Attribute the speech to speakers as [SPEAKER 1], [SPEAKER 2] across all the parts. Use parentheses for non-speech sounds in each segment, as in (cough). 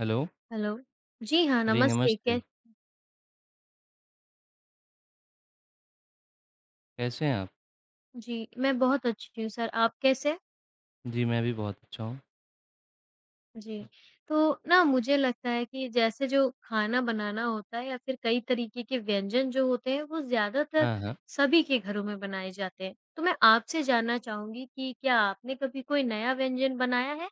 [SPEAKER 1] Hello.
[SPEAKER 2] Hello. जी हाँ,
[SPEAKER 1] जी,
[SPEAKER 2] नमस्ते
[SPEAKER 1] नमस्ते।
[SPEAKER 2] कै
[SPEAKER 1] कैसे हैं आप?
[SPEAKER 2] जी, मैं बहुत अच्छी हूँ सर, आप कैसे हैं?
[SPEAKER 1] जी, मैं भी बहुत अच्छा हूँ।
[SPEAKER 2] जी, तो ना मुझे लगता है कि जैसे जो खाना बनाना होता है या फिर कई तरीके के व्यंजन जो होते हैं, वो ज़्यादातर
[SPEAKER 1] हाँ, हाँ।
[SPEAKER 2] सभी के घरों में बनाए जाते हैं। तो मैं आपसे जानना चाहूँगी कि क्या आपने कभी कोई नया व्यंजन बनाया है?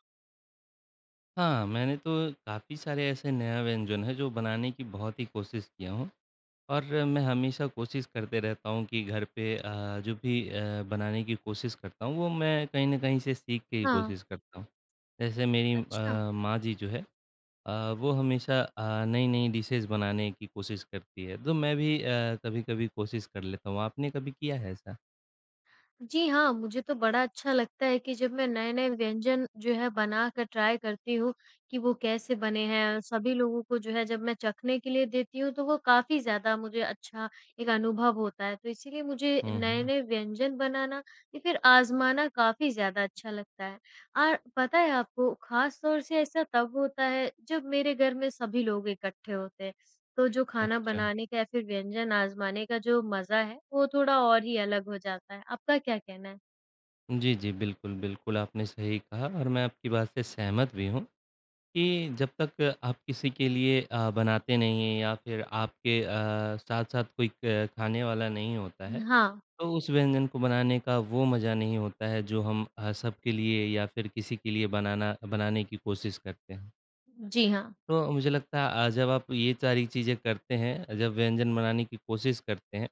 [SPEAKER 1] हाँ, मैंने तो काफ़ी सारे ऐसे नया व्यंजन है जो बनाने की बहुत ही कोशिश किया हूँ और मैं हमेशा कोशिश करते रहता हूँ कि घर पे जो भी बनाने की कोशिश करता हूँ, वो मैं कहीं न कहीं से सीख के ही
[SPEAKER 2] हाँ,
[SPEAKER 1] कोशिश करता हूँ। जैसे मेरी
[SPEAKER 2] अच्छा।
[SPEAKER 1] माँ जी जो है अ, वो हमेशा नई-नई डिशेज़ बनाने की कोशिश करती है, तो मैं भी कभी-कभी कोशिश कर लेता हूँ। आपने कभी किया है ऐसा?
[SPEAKER 2] जी हाँ, मुझे तो बड़ा अच्छा लगता है कि जब मैं नए-नए व्यंजन जो है बनाकर ट्राई करती हूँ कि वो कैसे बने हैं। और सभी लोगों को जो है जब मैं चखने के लिए देती हूँ तो वो काफ़ी ज़्यादा मुझे अच्छा एक अनुभव होता है। तो इसीलिए मुझे
[SPEAKER 1] हुँ, हुँ।
[SPEAKER 2] नए-नए व्यंजन बनाना या फिर आज़माना काफ़ी ज़्यादा अच्छा लगता है। और पता है आपको ख़ास तौर से ऐसा तब होता है जब मेरे घर में सभी लोग इकट्ठे होते हैं। तो जो खाना
[SPEAKER 1] अच्छा।
[SPEAKER 2] बनाने का या फिर व्यंजन आज़माने का जो मज़ा है, वो थोड़ा और ही अलग हो जाता है। आपका क्या कहना है?
[SPEAKER 1] जी, जी। बिल्कुल, बिल्कुल, आपने सही कहा और मैं आपकी बात से सहमत भी हूँ कि जब तक आप किसी के लिए बनाते नहीं हैं या फिर आपके साथ-साथ कोई क खाने वाला नहीं होता है,
[SPEAKER 2] हाँ।
[SPEAKER 1] तो उस व्यंजन को बनाने का वो मज़ा नहीं होता है जो हम सबके लिए या फिर किसी के लिए बनाना बनाने की कोशिश करते हैं।
[SPEAKER 2] जी हाँ।
[SPEAKER 1] तो मुझे लगता है जब आप ये सारी चीज़ें करते हैं, जब व्यंजन बनाने की कोशिश करते हैं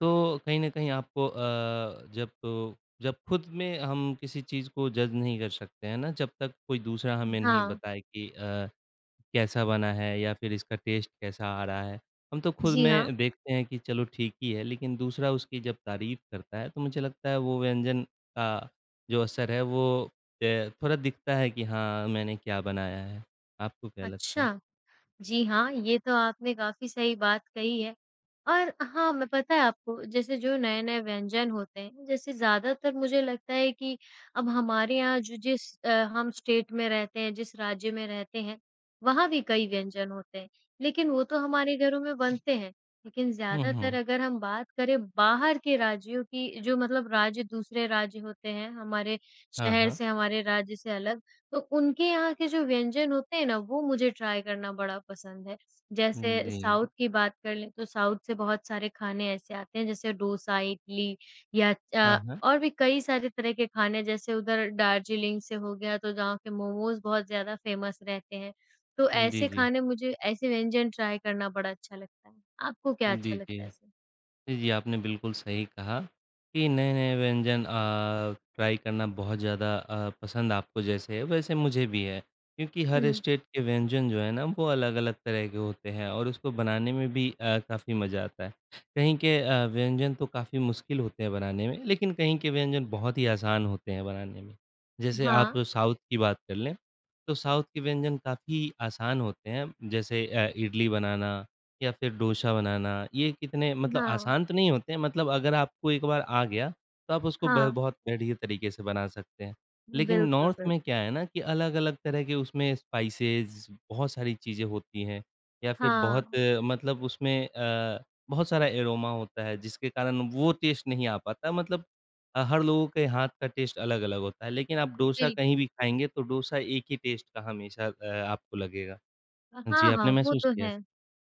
[SPEAKER 1] तो कहीं न कहीं आपको जब खुद में हम किसी चीज़ को जज नहीं कर सकते हैं ना, जब तक कोई दूसरा हमें नहीं
[SPEAKER 2] हाँ।
[SPEAKER 1] बताए कि कैसा बना है या फिर इसका टेस्ट कैसा आ रहा है। हम तो खुद
[SPEAKER 2] जी हाँ।
[SPEAKER 1] में देखते हैं कि चलो ठीक ही है, लेकिन दूसरा उसकी जब तारीफ़ करता है, तो मुझे लगता है वो व्यंजन का जो असर है वो थोड़ा दिखता है कि हाँ, मैंने क्या बनाया है। आपको क्या लगता है?
[SPEAKER 2] अच्छा। जी हाँ, ये तो आपने काफ़ी सही बात कही है। और हाँ, मैं पता है आपको जैसे जो नए-नए व्यंजन होते हैं, जैसे ज़्यादातर मुझे लगता है कि अब हमारे यहाँ हम स्टेट में रहते हैं, जिस राज्य में रहते हैं, वहाँ भी कई व्यंजन होते हैं। लेकिन वो तो हमारे घरों में बनते हैं, लेकिन
[SPEAKER 1] हुँ,
[SPEAKER 2] ज़्यादातर
[SPEAKER 1] हुँ।
[SPEAKER 2] अगर हम बात करें बाहर के राज्यों की, जो मतलब राज्य दूसरे राज्य होते हैं, हमारे
[SPEAKER 1] हाँ,
[SPEAKER 2] शहर
[SPEAKER 1] हाँ।
[SPEAKER 2] से, हमारे राज्य से अलग, तो उनके यहाँ के जो व्यंजन होते हैं ना, वो मुझे ट्राई करना बड़ा पसंद है। जैसे
[SPEAKER 1] जी।
[SPEAKER 2] साउथ की बात कर लें तो साउथ से बहुत सारे खाने ऐसे आते हैं जैसे डोसा, इडली या
[SPEAKER 1] हाँ, हाँ।
[SPEAKER 2] और भी कई सारे तरह के खाने जैसे उधर दार्जिलिंग से हो गया तो जहाँ के मोमोज़ बहुत ज़्यादा फ़ेमस रहते हैं। तो
[SPEAKER 1] जी,
[SPEAKER 2] ऐसे
[SPEAKER 1] जी।
[SPEAKER 2] खाने मुझे ऐसे व्यंजन ट्राई करना बड़ा अच्छा लगता है। आपको क्या
[SPEAKER 1] जी,
[SPEAKER 2] अच्छा लगता
[SPEAKER 1] जी।
[SPEAKER 2] है ऐसे?
[SPEAKER 1] जी, जी, आपने बिल्कुल सही कहा कि नए-नए व्यंजन ट्राई करना बहुत ज़्यादा पसंद आपको जैसे है, वैसे मुझे भी है। क्योंकि हर
[SPEAKER 2] हुँ।
[SPEAKER 1] स्टेट के व्यंजन जो है ना, वो अलग-अलग तरह के होते हैं और उसको बनाने में भी काफ़ी मज़ा आता है। कहीं के व्यंजन तो काफ़ी मुश्किल होते हैं बनाने में, लेकिन कहीं के व्यंजन बहुत ही आसान होते हैं बनाने में। जैसे
[SPEAKER 2] हाँ,
[SPEAKER 1] आप साउथ की बात कर लें, तो साउथ के व्यंजन काफ़ी आसान होते हैं, जैसे इडली बनाना या फिर डोसा बनाना ये कितने मतलब
[SPEAKER 2] हाँ,
[SPEAKER 1] आसान तो नहीं होते हैं मतलब अगर आपको एक बार आ गया तो आप उसको ब
[SPEAKER 2] हाँ।
[SPEAKER 1] बहुत बढ़िया तरीके से बना सकते हैं। लेकिन
[SPEAKER 2] बिल्कुल,
[SPEAKER 1] नॉर्थ में
[SPEAKER 2] बिल्कुल।
[SPEAKER 1] क्या है ना कि अलग-अलग तरह के उसमें स्पाइसेस बहुत सारी चीज़ें होती हैं या फिर
[SPEAKER 2] हाँ,
[SPEAKER 1] बहुत मतलब उसमें बहुत सारा एरोमा होता है जिसके कारण वो टेस्ट नहीं आ पाता मतलब हर लोगों के हाथ का टेस्ट अलग-अलग होता है लेकिन आप डोसा कहीं
[SPEAKER 2] बिल्कुल।
[SPEAKER 1] भी खाएँगे तो डोसा एक ही टेस्ट का हमेशा आपको लगेगा। जी,
[SPEAKER 2] हाँ, हाँ,
[SPEAKER 1] आपने
[SPEAKER 2] वो
[SPEAKER 1] महसूस
[SPEAKER 2] तो
[SPEAKER 1] किया है?
[SPEAKER 2] है।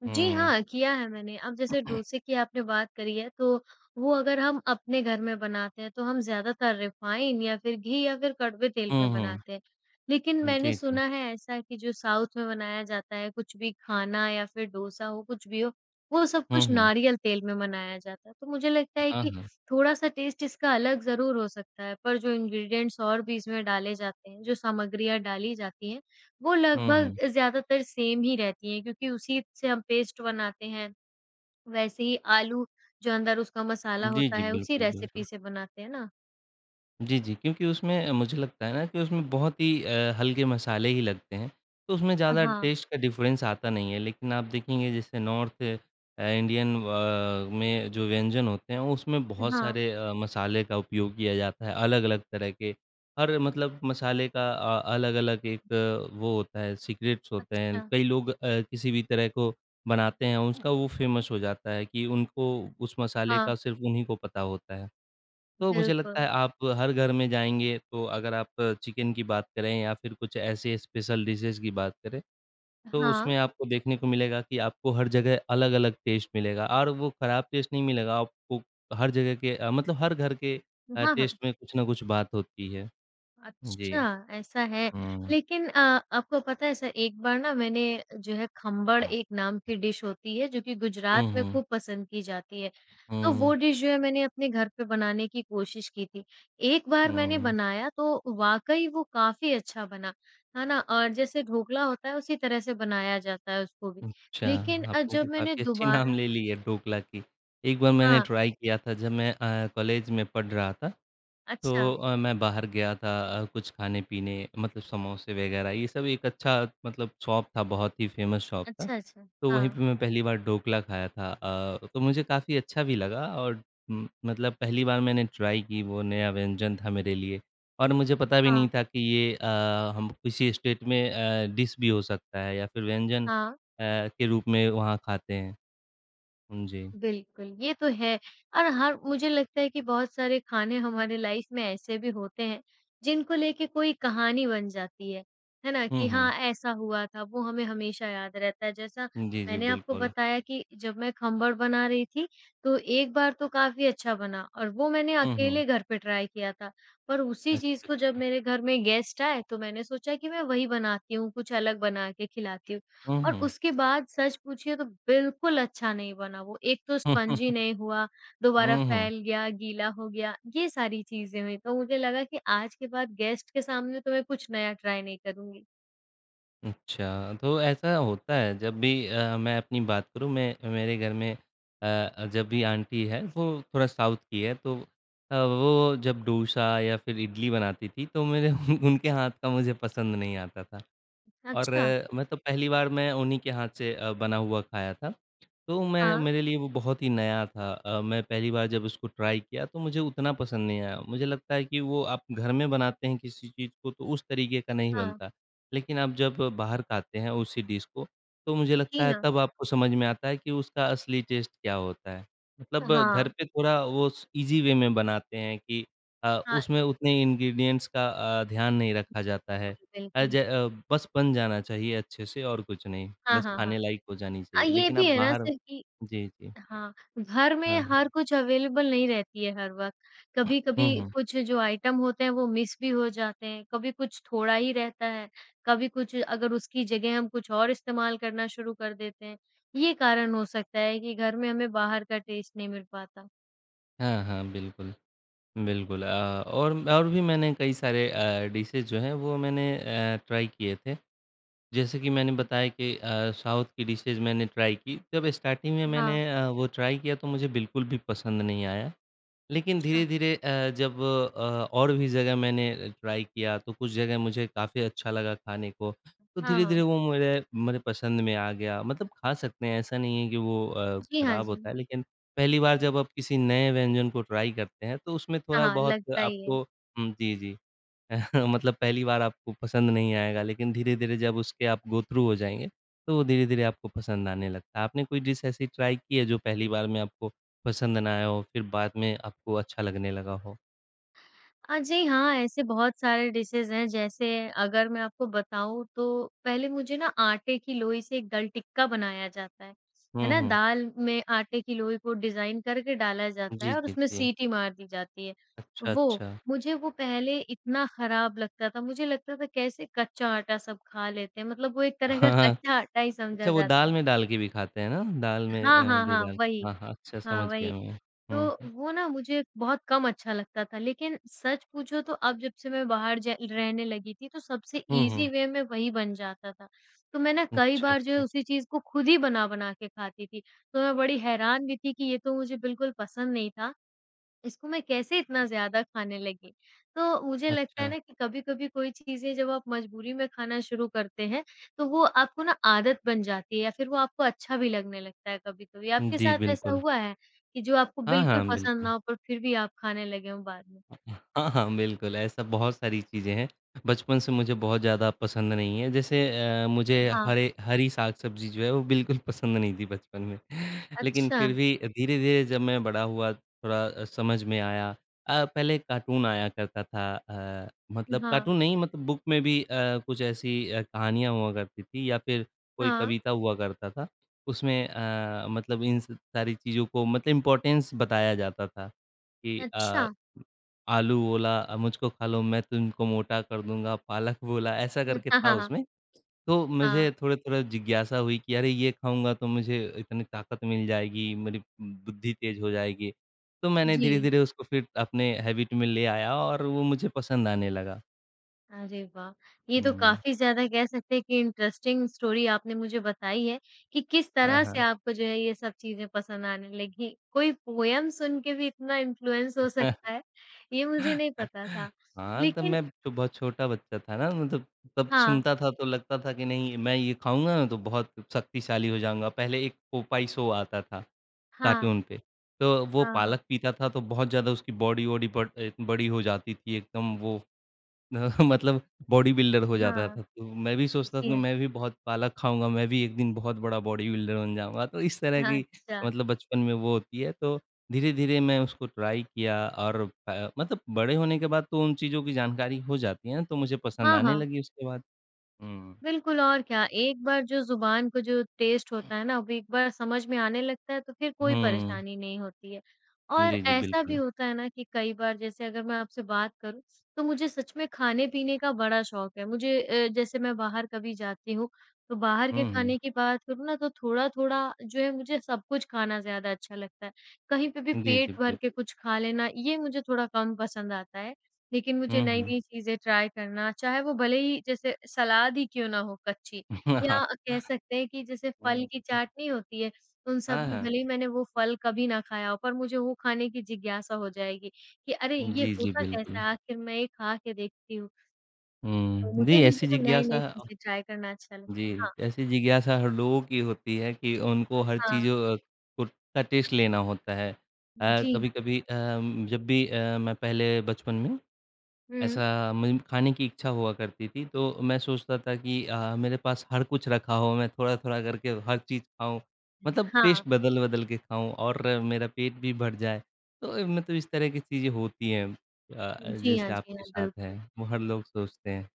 [SPEAKER 2] जी
[SPEAKER 1] हुँ।
[SPEAKER 2] हाँ, किया है मैंने। अब जैसे डोसे की आपने बात करी है, तो वो अगर हम अपने घर में बनाते हैं, तो हम ज़्यादातर रिफाइन या फिर घी या फिर कड़वे तेल
[SPEAKER 1] हुँ,
[SPEAKER 2] में
[SPEAKER 1] हुँ।
[SPEAKER 2] बनाते हैं। लेकिन मैंने
[SPEAKER 1] जी, जी।
[SPEAKER 2] सुना है ऐसा कि जो साउथ में बनाया जाता है, कुछ भी खाना या फिर डोसा हो, कुछ भी हो, वो सब
[SPEAKER 1] हुँ,
[SPEAKER 2] कुछ
[SPEAKER 1] हुँ।
[SPEAKER 2] नारियल तेल में बनाया जाता है। तो मुझे लगता है
[SPEAKER 1] हाँ,
[SPEAKER 2] कि
[SPEAKER 1] हाँ।
[SPEAKER 2] थोड़ा-सा टेस्ट इसका अलग ज़रूर हो सकता है, पर जो इंग्रीडिएंट्स और भी इसमें डाले जाते हैं, जो सामग्रियाँ डाली जाती हैं, वो
[SPEAKER 1] हुँ,
[SPEAKER 2] लगभग
[SPEAKER 1] हुँ।
[SPEAKER 2] ज़्यादातर सेम ही रहती हैं क्योंकि उसी से हम पेस्ट बनाते हैं। वैसे ही आलू जो अंदर उसका मसाला
[SPEAKER 1] जी,
[SPEAKER 2] होता
[SPEAKER 1] जी।
[SPEAKER 2] है उसी
[SPEAKER 1] बिल्कुल,
[SPEAKER 2] रेसिपी
[SPEAKER 1] बिल्कुल।
[SPEAKER 2] से बनाते हैं ना।
[SPEAKER 1] जी, जी। क्योंकि उसमें मुझे लगता है ना कि उसमें बहुत ही हल्के मसाले ही लगते हैं, तो उसमें ज़्यादा
[SPEAKER 2] हाँ,
[SPEAKER 1] टेस्ट का डिफ़रेंस आता नहीं है। लेकिन आप देखेंगे जैसे नॉर्थ इंडियन में जो व्यंजन होते हैं, उसमें बहुत
[SPEAKER 2] हाँ,
[SPEAKER 1] सारे मसाले का उपयोग किया जाता है, अलग-अलग तरह के। हर मतलब मसाले का अलग-अलग एक वो होता है, सीक्रेट्स होते हैं।
[SPEAKER 2] अच्छा।
[SPEAKER 1] कई लोग किसी भी तरह को बनाते हैं, उसका वो फ़ेमस हो जाता है कि उनको उस मसाले
[SPEAKER 2] हाँ,
[SPEAKER 1] का सिर्फ़ उन्हीं को पता होता है। तो मुझे
[SPEAKER 2] बिल्कुल।
[SPEAKER 1] लगता है आप हर घर में जाएँगे तो अगर आप चिकन की बात करें या फिर कुछ ऐसे स्पेशल डिशेज़ की बात करें, तो
[SPEAKER 2] हाँ,
[SPEAKER 1] उसमें आपको देखने को मिलेगा कि आपको हर जगह अलग-अलग टेस्ट मिलेगा और वो खराब टेस्ट नहीं मिलेगा, आपको हर जगह के मतलब हर घर के
[SPEAKER 2] हाँ, हाँ।
[SPEAKER 1] टेस्ट में कुछ ना कुछ बात होती है। जी।
[SPEAKER 2] अच्छा, ऐसा है।
[SPEAKER 1] हुँ।
[SPEAKER 2] लेकिन अ, आपको पता है सर एक बार ना मैंने जो है खम्बड़ एक नाम की डिश होती है जो कि गुजरात
[SPEAKER 1] हुँ,
[SPEAKER 2] में
[SPEAKER 1] हुँ।
[SPEAKER 2] खूब पसंद की जाती है। तो
[SPEAKER 1] हुँ,
[SPEAKER 2] वो डिश जो है मैंने अपने घर पे बनाने की कोशिश की थी। एक बार मैंने
[SPEAKER 1] हुँ।
[SPEAKER 2] बनाया तो वाक़ई वो काफ़ी अच्छा बना, है ना? और जैसे ढोकला होता है उसी तरह से बनाया जाता है उसको भी।
[SPEAKER 1] अच्छा, आपने तो
[SPEAKER 2] जब मैंने
[SPEAKER 1] काफ़ी अच्छी नाम
[SPEAKER 2] दोबारा
[SPEAKER 1] ले ली है ढोकला की। एक बार मैंने
[SPEAKER 2] हाँ,
[SPEAKER 1] ट्राई किया था जब मैं कॉलेज में पढ़ रहा था तो
[SPEAKER 2] अच्छा।
[SPEAKER 1] मैं बाहर गया था कुछ खाने-पीने मतलब समोसे वग़ैरह ये सब एक अच्छा मतलब शॉप था, बहुत ही फ़ेमस शॉप था।
[SPEAKER 2] अच्छा, अच्छा।
[SPEAKER 1] तो वहीं
[SPEAKER 2] हाँ,
[SPEAKER 1] पे मैं पहली बार ढोकला खाया था तो मुझे काफ़ी अच्छा भी लगा और मतलब पहली बार मैंने ट्राई की, वो नया व्यंजन था मेरे लिए और मुझे पता भी नहीं
[SPEAKER 2] हाँ,
[SPEAKER 1] था कि ये हम किसी स्टेट में डिश भी हो सकता है या फिर व्यंजन
[SPEAKER 2] हाँ।
[SPEAKER 1] के रूप में वहाँ खाते हैं। हुँ, जी।
[SPEAKER 2] बिल्कुल, ये तो है और हर मुझे लगता है कि बहुत सारे खाने हमारे लाइफ़ में ऐसे भी होते हैं, जिनको लेके कोई कहानी बन जाती है ना?
[SPEAKER 1] हुँ,
[SPEAKER 2] कि
[SPEAKER 1] हुँ।
[SPEAKER 2] हाँ, ऐसा हुआ था, वो हमें हमेशा याद रहता है। जैसा
[SPEAKER 1] जी, जी,
[SPEAKER 2] मैंने आपको
[SPEAKER 1] बिल्कुल।
[SPEAKER 2] बताया कि जब मैं खम्बड़ बना रही थी, तो एक बार तो काफ़ी अच्छा बना और वो मैंने
[SPEAKER 1] हुँ, हुँ।
[SPEAKER 2] अकेले घर पे ट्राई किया था। पर उसी चीज़
[SPEAKER 1] अच्छा,
[SPEAKER 2] को जब
[SPEAKER 1] अच्छा।
[SPEAKER 2] मेरे घर में गेस्ट आए, तो मैंने सोचा कि मैं वही बनाती हूँ, कुछ अलग बना के खिलाती हूँ।
[SPEAKER 1] हुँ,
[SPEAKER 2] और
[SPEAKER 1] हुँ।
[SPEAKER 2] उसके बाद सच पूछिए तो बिल्कुल अच्छा नहीं बना वो, एक तो स्पंजी
[SPEAKER 1] (laughs)
[SPEAKER 2] नहीं हुआ, दोबारा
[SPEAKER 1] हुँ, हुँ।
[SPEAKER 2] फैल गया, गीला हो गया, ये सारी चीज़ें हुई। तो मुझे लगा कि आज के बाद गेस्ट के सामने तो मैं कुछ नया ट्राई नहीं करूँगी।
[SPEAKER 1] अच्छा, तो ऐसा होता है जब भी मैं अपनी बात करूँ मैं मेरे घर में जब भी आंटी है वो थोड़ा साउथ की है तो वो जब डोसा या फिर इडली बनाती थी तो मेरे (laughs) उनके हाथ का मुझे पसंद नहीं आता था। और
[SPEAKER 2] अच्छा,
[SPEAKER 1] मतलब पहली बार मैं उन्हीं के हाथ से बना हुआ खाया था। तो मैं
[SPEAKER 2] हाँ,
[SPEAKER 1] मेरे लिए वो बहुत ही नया था। मैं पहली बार जब उसको ट्राई किया तो मुझे उतना पसंद नहीं आया। मुझे लगता है कि वो आप घर में बनाते हैं किसी चीज़ को तो उस तरीके का नहीं
[SPEAKER 2] हाँ।
[SPEAKER 1] बनता। लेकिन आप जब बाहर खाते हैं उसी डिश को, तो मुझे लगता
[SPEAKER 2] जी
[SPEAKER 1] है
[SPEAKER 2] हाँ।
[SPEAKER 1] तब आपको समझ में आता है कि उसका असली टेस्ट क्या होता है। मतलब घर
[SPEAKER 2] हाँ,
[SPEAKER 1] पे थोड़ा वो स ईज़ी वे में बनाते हैं कि
[SPEAKER 2] हाँ,
[SPEAKER 1] उसमें उतने इंग्रीडिएंट्स का ध्यान नहीं रखा जाता है।
[SPEAKER 2] बिल्कुल, बिल्कुल।
[SPEAKER 1] बस बन जाना चाहिए अच्छे से और कुछ नहीं,
[SPEAKER 2] हाँ,
[SPEAKER 1] बस
[SPEAKER 2] हाँ, हाँ।
[SPEAKER 1] खाने लायक हो जानी चाहिए,
[SPEAKER 2] ये
[SPEAKER 1] लेकिन
[SPEAKER 2] भी
[SPEAKER 1] आप
[SPEAKER 2] है ना
[SPEAKER 1] बाहर
[SPEAKER 2] सर कि
[SPEAKER 1] जी, जी।
[SPEAKER 2] हाँ, घर
[SPEAKER 1] हाँ,
[SPEAKER 2] में
[SPEAKER 1] हाँ।
[SPEAKER 2] हर कुछ अवेलेबल नहीं रहती है हर वक़्त। कभी-कभी
[SPEAKER 1] हुँ, हुँ।
[SPEAKER 2] कुछ जो आइटम होते हैं वो मिस भी हो जाते हैं, कभी कुछ थोड़ा ही रहता है, कभी कुछ अगर उसकी जगह हम कुछ और इस्तेमाल करना शुरू कर देते हैं। ये कारण हो सकता है कि घर में हमें बाहर का टेस्ट नहीं मिल पाता।
[SPEAKER 1] हाँ, हाँ, बिल्कुल, बिल्कुल, और भी मैंने कई सारे डिशेज़ जो हैं वो मैंने ट्राई किए थे। जैसे कि मैंने बताया कि साउथ की डिशेज़ मैंने ट्राई की, जब स्टार्टिंग में मैंने
[SPEAKER 2] हाँ,
[SPEAKER 1] वो ट्राई किया तो मुझे बिल्कुल भी पसंद नहीं आया। लेकिन
[SPEAKER 2] अच्छा।
[SPEAKER 1] धीरे-धीरे और भी जगह मैंने ट्राई किया, तो कुछ जगह मुझे काफ़ी अच्छा लगा खाने को। तो
[SPEAKER 2] हाँ,
[SPEAKER 1] धीरे-धीरे
[SPEAKER 2] हाँ।
[SPEAKER 1] वो मेरे मेरे पसंद में आ गया। मतलब खा सकते हैं, ऐसा नहीं है कि वो
[SPEAKER 2] जी हाँ,
[SPEAKER 1] खराब होता
[SPEAKER 2] जी।
[SPEAKER 1] है, लेकिन पहली बार जब आप किसी नए व्यंजन को ट्राई करते हैं, तो उसमें
[SPEAKER 2] हाँ, हाँ,
[SPEAKER 1] थोड़ा-बहुत
[SPEAKER 2] लगता ही है।
[SPEAKER 1] आपको हुँ, जी, जी। (laughs) मतलब पहली बार आपको पसंद नहीं आएगा, लेकिन धीरे-धीरे जब उसके आप गो थ्रू हो जाएँगे, तो वो धीरे-धीरे आपको पसंद आने लगता है। आपने कोई डिश ऐसी ट्राई की है जो पहली बार में आपको पसंद ना आया हो, फिर बाद में आपको अच्छा लगने लगा हो?
[SPEAKER 2] जी हाँ, ऐसे बहुत सारे डिशेज़ हैं, जैसे अगर मैं आपको बताऊँ तो पहले मुझे ना आटे की लोई से एक दाल टिक्का बनाया जाता है
[SPEAKER 1] हुँ,
[SPEAKER 2] ना?
[SPEAKER 1] हुँ।
[SPEAKER 2] दाल में आटे की लोई को डिज़ाइन करके डाला जाता
[SPEAKER 1] जी,
[SPEAKER 2] है और
[SPEAKER 1] जी,
[SPEAKER 2] उसमें
[SPEAKER 1] जी।
[SPEAKER 2] सीटी मार दी जाती है।
[SPEAKER 1] अच्छा, अच्छा।
[SPEAKER 2] मुझे वो पहले इतना खराब लगता था, मुझे लगता था कैसे कच्चा आटा सब खा लेते हैं, मतलब वो एक तरह
[SPEAKER 1] हाँ,
[SPEAKER 2] का
[SPEAKER 1] हाँ।
[SPEAKER 2] कच्चा आटा ही
[SPEAKER 1] अच्छा
[SPEAKER 2] समझा
[SPEAKER 1] वो
[SPEAKER 2] जाता है।
[SPEAKER 1] दाल में डाल के भी खाते हैं ना? दाल में
[SPEAKER 2] हाँ, हाँ,
[SPEAKER 1] भी
[SPEAKER 2] हाँ,
[SPEAKER 1] डाल
[SPEAKER 2] वही।
[SPEAKER 1] हाँ, हाँ। अच्छा
[SPEAKER 2] हाँ,
[SPEAKER 1] समझ गया
[SPEAKER 2] वही।
[SPEAKER 1] मैं। हुँ,
[SPEAKER 2] तो
[SPEAKER 1] हुँ।
[SPEAKER 2] वो ना मुझे बहुत कम अच्छा लगता था, लेकिन सच पूछो तो अब जब से मैं बाहर ज रहने लगी थी, तो सबसे
[SPEAKER 1] हुँ, हुँ।
[SPEAKER 2] ईज़ी वे में वही बन जाता था। तो मैं ना कई
[SPEAKER 1] अच्छा,
[SPEAKER 2] बार जो है
[SPEAKER 1] अच्छा।
[SPEAKER 2] उसी चीज़ को खुद ही बना-बना के खाती थी। तो मैं बड़ी हैरान भी थी कि ये तो मुझे बिल्कुल पसंद नहीं था इसको मैं कैसे इतना ज़्यादा खाने लगी? तो मुझे लगता है
[SPEAKER 1] अच्छा।
[SPEAKER 2] ना कि कभी-कभी कोई चीज़ें जब आप मजबूरी में खाना शुरू करते हैं, तो वो आपको ना आदत बन जाती है या फिर वो आपको अच्छा भी लगने लगता है कभी-कभी। आपके
[SPEAKER 1] जी,
[SPEAKER 2] साथ ऐसा
[SPEAKER 1] बिल्कुल।
[SPEAKER 2] हुआ है कि जो आपको
[SPEAKER 1] हाँ,
[SPEAKER 2] बिल्कुल
[SPEAKER 1] हाँ।
[SPEAKER 2] पसंद
[SPEAKER 1] बिल्कुल।
[SPEAKER 2] ना हो पर फिर भी आप खाने लगे हों बाद में?
[SPEAKER 1] हाँ, हाँ, बिल्कुल, ऐसा बहुत सारी चीज़ें हैं, बचपन से मुझे बहुत ज़्यादा पसंद नहीं है, जैसे मुझे
[SPEAKER 2] हाँ,
[SPEAKER 1] हरे हरी साग-सब्ज़ी जो है वो बिल्कुल (laughs) पसंद नहीं थी बचपन में। (laughs) लेकिन
[SPEAKER 2] अच्छा।
[SPEAKER 1] फिर भी धीरे-धीरे जब मैं बड़ा हुआ थोड़ा समझ में आया पहले कार्टून आया करता था मतलब
[SPEAKER 2] हाँ,
[SPEAKER 1] कार्टून नहीं मतलब बुक में भी कुछ ऐसी कहानियाँ हुआ करती थी या फिर कोई
[SPEAKER 2] हाँ,
[SPEAKER 1] कविता हुआ करता था, उसमें मतलब इन स सारी चीज़ों को मतलब इम्पोर्टेंस बताया जाता था कि
[SPEAKER 2] अच्छा।
[SPEAKER 1] आलू बोला मुझको खा लो मैं तुमको मोटा कर दूँगा, पालक बोला ऐसा
[SPEAKER 2] (laughs)
[SPEAKER 1] करके
[SPEAKER 2] हाँ,
[SPEAKER 1] था
[SPEAKER 2] हाँ, हाँ।
[SPEAKER 1] उसमें। तो मुझे
[SPEAKER 2] हाँ,
[SPEAKER 1] थोड़ा-थोड़ा जिज्ञासा हुई कि अरे ये खाऊँगा तो मुझे इतनी ताकत मिल जाएगी, मेरी बुद्धि तेज़ हो जाएगी। तो मैंने
[SPEAKER 2] जी।
[SPEAKER 1] धीरे-धीरे उसको फिर अपने हैबिट में ले आया और वो मुझे पसंद आने लगा।
[SPEAKER 2] अरे वाह! ये तो
[SPEAKER 1] हुँ।
[SPEAKER 2] काफ़ी ज़्यादा कह सकते हैं कि इंटरेस्टिंग स्टोरी आपने मुझे बताई है कि किस
[SPEAKER 1] हाँ,
[SPEAKER 2] तरह से
[SPEAKER 1] हाँ।
[SPEAKER 2] आपको जो है ये सब चीज़ें पसंद आने लगी। कोई पोएम सुन के भी इतना इन्फ्लुएंस हो सकता है, ये मुझे नहीं पता था।
[SPEAKER 1] हाँ, तब
[SPEAKER 2] लेकिन
[SPEAKER 1] मैं तो बहुत छोटा बच्चा था ना मतलब तब
[SPEAKER 2] हाँ,
[SPEAKER 1] सुनता था तो लगता था कि नहीं मैं ये खाऊँगा तो बहुत शक्तिशाली हो जाऊँगा। पहले एक पोपाई शो आता था
[SPEAKER 2] हाँ,
[SPEAKER 1] कार्टून पे, तो वो
[SPEAKER 2] हाँ,
[SPEAKER 1] पालक पीता था तो बहुत ज़्यादा उसकी बॉडी-वॉडी बड़ी हो जाती थी एकदम वो (laughs) मतलब बॉडी बिल्डर हो जाता
[SPEAKER 2] हाँ,
[SPEAKER 1] था, तो मैं भी सोचता था
[SPEAKER 2] जी
[SPEAKER 1] कि
[SPEAKER 2] हाँ।
[SPEAKER 1] मैं भी बहुत पालक खाऊँगा, मैं भी एक दिन बहुत बड़ा बॉडी बिल्डर बन जाऊँगा। तो इस तरह
[SPEAKER 2] हाँ,
[SPEAKER 1] की
[SPEAKER 2] अच्छा।
[SPEAKER 1] मतलब बचपन में वो होती है, तो धीरे-धीरे मैं उसको ट्राई किया और मतलब बड़े होने के बाद तो उन चीज़ों की जानकारी हो जाती है ना, तो मुझे पसंद
[SPEAKER 2] हाँ,
[SPEAKER 1] आने
[SPEAKER 2] हाँ।
[SPEAKER 1] लगी उसके बाद। हुँ।
[SPEAKER 2] बिल्कुल और क्या, एक बार जो ज़ुबान को जो टेस्ट होता है ना, वो एक बार समझ में आने लगता है तो फिर कोई
[SPEAKER 1] हुँ।
[SPEAKER 2] परेशानी नहीं होती है। और
[SPEAKER 1] जी, जी,
[SPEAKER 2] ऐसा भी
[SPEAKER 1] बिल्कुल।
[SPEAKER 2] होता है ना कि कई बार जैसे अगर मैं आपसे बात करूँ, तो मुझे सच में खाने-पीने का बड़ा शौक है। मुझे जैसे मैं बाहर कभी जाती हूँ, तो बाहर के
[SPEAKER 1] हुँ, हुँ।
[SPEAKER 2] खाने की बात करूँ ना तो थोड़ा-थोड़ा जो है मुझे सब कुछ खाना ज़्यादा अच्छा लगता है। कहीं पे भी
[SPEAKER 1] जी, जी,
[SPEAKER 2] पेट भर के
[SPEAKER 1] बिल्कुल।
[SPEAKER 2] कुछ खा लेना, ये मुझे थोड़ा कम पसंद आता है। लेकिन मुझे
[SPEAKER 1] हुँ, हुँ।
[SPEAKER 2] नई-नई चीज़ें ट्राई करना, चाहे वो भले ही जैसे सलाद ही क्यों ना हो कच्ची
[SPEAKER 1] (laughs) हाँ।
[SPEAKER 2] या कह सकते हैं कि जैसे फल
[SPEAKER 1] हुँ।
[SPEAKER 2] की चाट नहीं होती है, उन सब
[SPEAKER 1] हाँ,
[SPEAKER 2] में
[SPEAKER 1] हाँ।
[SPEAKER 2] भले ही मैंने वो फल कभी ना खाया हो, पर मुझे वो खाने की जिज्ञासा हो जाएगी कि अरे! ये
[SPEAKER 1] जी, जी,
[SPEAKER 2] होता
[SPEAKER 1] बिल्कुल।
[SPEAKER 2] कैसा है? आखिर मैं ये खा के देखती हूँ। तो
[SPEAKER 1] हुँ,
[SPEAKER 2] मुझे भी जो है नई-नई चीज़ें ट्राई करना अच्छा लगता
[SPEAKER 1] जी,
[SPEAKER 2] है। हाँ,
[SPEAKER 1] ऐसी जिज्ञासा हर लोगों की होती है कि उनको हर
[SPEAKER 2] हाँ।
[SPEAKER 1] चीज़ों को का टेस्ट लेना होता है।
[SPEAKER 2] जी हाँ।
[SPEAKER 1] कभी-कभी जब भी मैं पहले बचपन में
[SPEAKER 2] हुँ।
[SPEAKER 1] ऐसा मुझे खाने की इच्छा हुआ करती थी, तो मैं सोचता था कि मेरे पास हर कुछ रखा हो, मैं थोड़ा-थोड़ा करके हर चीज़ खाऊँ। मतलब
[SPEAKER 2] हाँ।
[SPEAKER 1] टेस्ट बदल-बदल के खाऊँ और मेरा पेट भी भर जाए। तो मतलब इस तरह की चीज़ें होती हैं
[SPEAKER 2] जी
[SPEAKER 1] जैसे
[SPEAKER 2] हाँ, जी
[SPEAKER 1] आपके
[SPEAKER 2] हाँ,
[SPEAKER 1] साथ है,
[SPEAKER 2] बिल्कुल।
[SPEAKER 1] वो हर लोग सोचते हैं।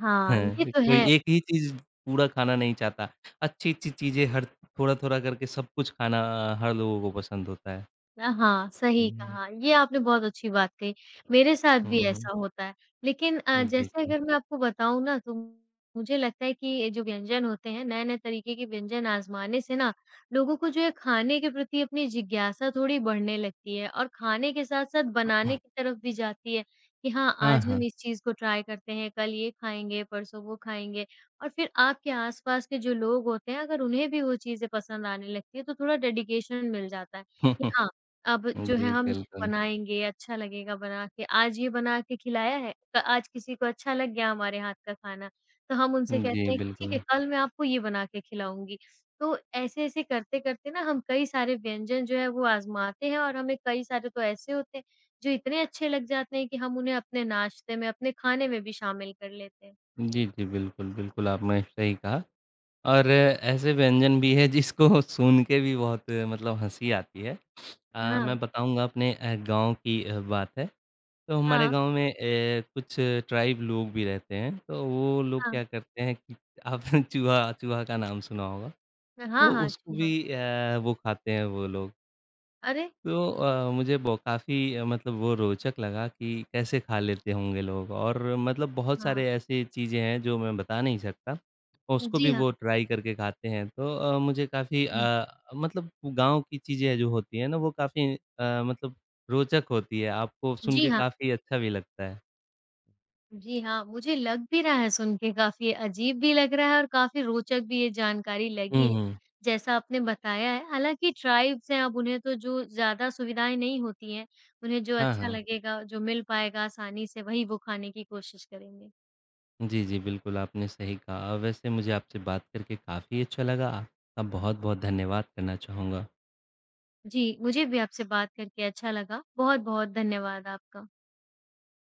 [SPEAKER 2] हाँ, ये
[SPEAKER 1] हाँ,
[SPEAKER 2] तो
[SPEAKER 1] कोई
[SPEAKER 2] है।
[SPEAKER 1] एक ही चीज़ पूरा खाना नहीं चाहता। अच्छी-अच्छी चीज़ें हर थोड़ा-थोड़ा करके सब कुछ खाना हर लोगों को पसंद होता है।
[SPEAKER 2] हाँ, सही
[SPEAKER 1] हुँ,
[SPEAKER 2] कहा। ये आपने बहुत अच्छी बात कही। मेरे साथ भी ऐसा होता है। लेकिन
[SPEAKER 1] हुँ, जी,
[SPEAKER 2] जैसे
[SPEAKER 1] जी।
[SPEAKER 2] अगर मैं आपको बताऊँ ना तो मुझे लगता है कि ये जो व्यंजन होते हैं, नए-नए तरीके के व्यंजन आज़माने से ना लोगों को जो है खाने के प्रति अपनी जिज्ञासा थोड़ी बढ़ने लगती है और खाने के साथ-साथ बनाने की तरफ भी जाती है कि हाँ,
[SPEAKER 1] हाँ,
[SPEAKER 2] आज
[SPEAKER 1] हाँ।
[SPEAKER 2] हम इस चीज़ को ट्राई करते हैं, कल ये खाएँगे, परसों वो खाएँगे। और फिर आपके आस-पास के जो लोग होते हैं अगर उन्हें भी वो चीज़ें पसंद आने लगती है तो थोड़ा डेडिकेशन मिल जाता है कि
[SPEAKER 1] (laughs)
[SPEAKER 2] हाँ, अब जो है
[SPEAKER 1] जी,
[SPEAKER 2] हम इसको
[SPEAKER 1] बिल्कुल।
[SPEAKER 2] बनाएँगे, अच्छा लगेगा बना के। आज ये बना के खिलाया है, क आज किसी को अच्छा लग गया हमारे हाथ का खाना, तो हम उनसे
[SPEAKER 1] जी,
[SPEAKER 2] कहते हैं कि ठीक
[SPEAKER 1] बिल्कुल।
[SPEAKER 2] है, कल मैं आपको ये बना के खिलाऊँगी। तो ऐसे-ऐसे करते-करते ना हम कई सारे व्यंजन जो है वो आज़माते हैं और हमें कई सारे तो ऐसे होते हैं, जो इतने अच्छे लग जाते हैं कि हम उन्हें अपने नाश्ते में, अपने खाने में भी शामिल कर लेते हैं।
[SPEAKER 1] जी, जी, बिल्कुल, बिल्कुल आपने सही कहा और ऐसे व्यंजन भी हैं जिसको (laughs) सुन के भी बहुत मतलब हँसी आती है।
[SPEAKER 2] हाँ,
[SPEAKER 1] मैं बताऊँगा अपने गाँव की बात है। तो हमारे
[SPEAKER 2] हाँ,
[SPEAKER 1] गाँव में कुछ ट्राइब लोग भी रहते हैं, तो वो लोग
[SPEAKER 2] हाँ।
[SPEAKER 1] क्या करते हैं कि आपने (laughs) चूहा चूहा का नाम सुना होगा,
[SPEAKER 2] हाँ,
[SPEAKER 1] तो
[SPEAKER 2] हाँ,
[SPEAKER 1] उसको
[SPEAKER 2] चूहा।
[SPEAKER 1] भी वो खाते हैं वो लोग।
[SPEAKER 2] अरे!
[SPEAKER 1] तो मुझे बो काफ़ी मतलब वो रोचक लगा कि कैसे खा लेते होंगे लोग और मतलब बहुत
[SPEAKER 2] हाँ।
[SPEAKER 1] सारे ऐसी चीज़ें हैं जो मैं बता नहीं सकता, उसको
[SPEAKER 2] जी
[SPEAKER 1] भी
[SPEAKER 2] हाँ।
[SPEAKER 1] वो ट्राई करके खाते हैं। तो मुझे काफ़ी
[SPEAKER 2] हुँ।
[SPEAKER 1] मतलब गाँव की चीज़ें जो होती हैं ना, वो काफ़ी मतलब रोचक होती है, आपको सुन
[SPEAKER 2] जी
[SPEAKER 1] के
[SPEAKER 2] हाँ।
[SPEAKER 1] काफ़ी अच्छा भी लगता है।
[SPEAKER 2] जी हाँ, मुझे लग भी रहा है सुन के काफ़ी अजीब भी लग रहा है और काफ़ी रोचक भी ये जानकारी
[SPEAKER 1] हुँ,
[SPEAKER 2] लगी है,
[SPEAKER 1] हुँ।
[SPEAKER 2] जैसा आपने बताया है। हालाँकि ट्राइब्स हैं, अब उन्हें तो जो ज़्यादा सुविधाएँ नहीं होती हैं, उन्हें जो
[SPEAKER 1] हाँ,
[SPEAKER 2] अच्छा
[SPEAKER 1] हाँ।
[SPEAKER 2] लगेगा, जो मिल पाएगा आसानी से वही वो खाने की कोशिश करेंगे।
[SPEAKER 1] जी, जी, बिल्कुल आपने सही कहा। वैसे मुझे आपसे बात करके काफ़ी अच्छा लगा। आपका बहुत-बहुत धन्यवाद करना चाहूँगा।
[SPEAKER 2] जी, मुझे भी आपसे बात करके अच्छा लगा। बहुत-बहुत धन्यवाद आपका।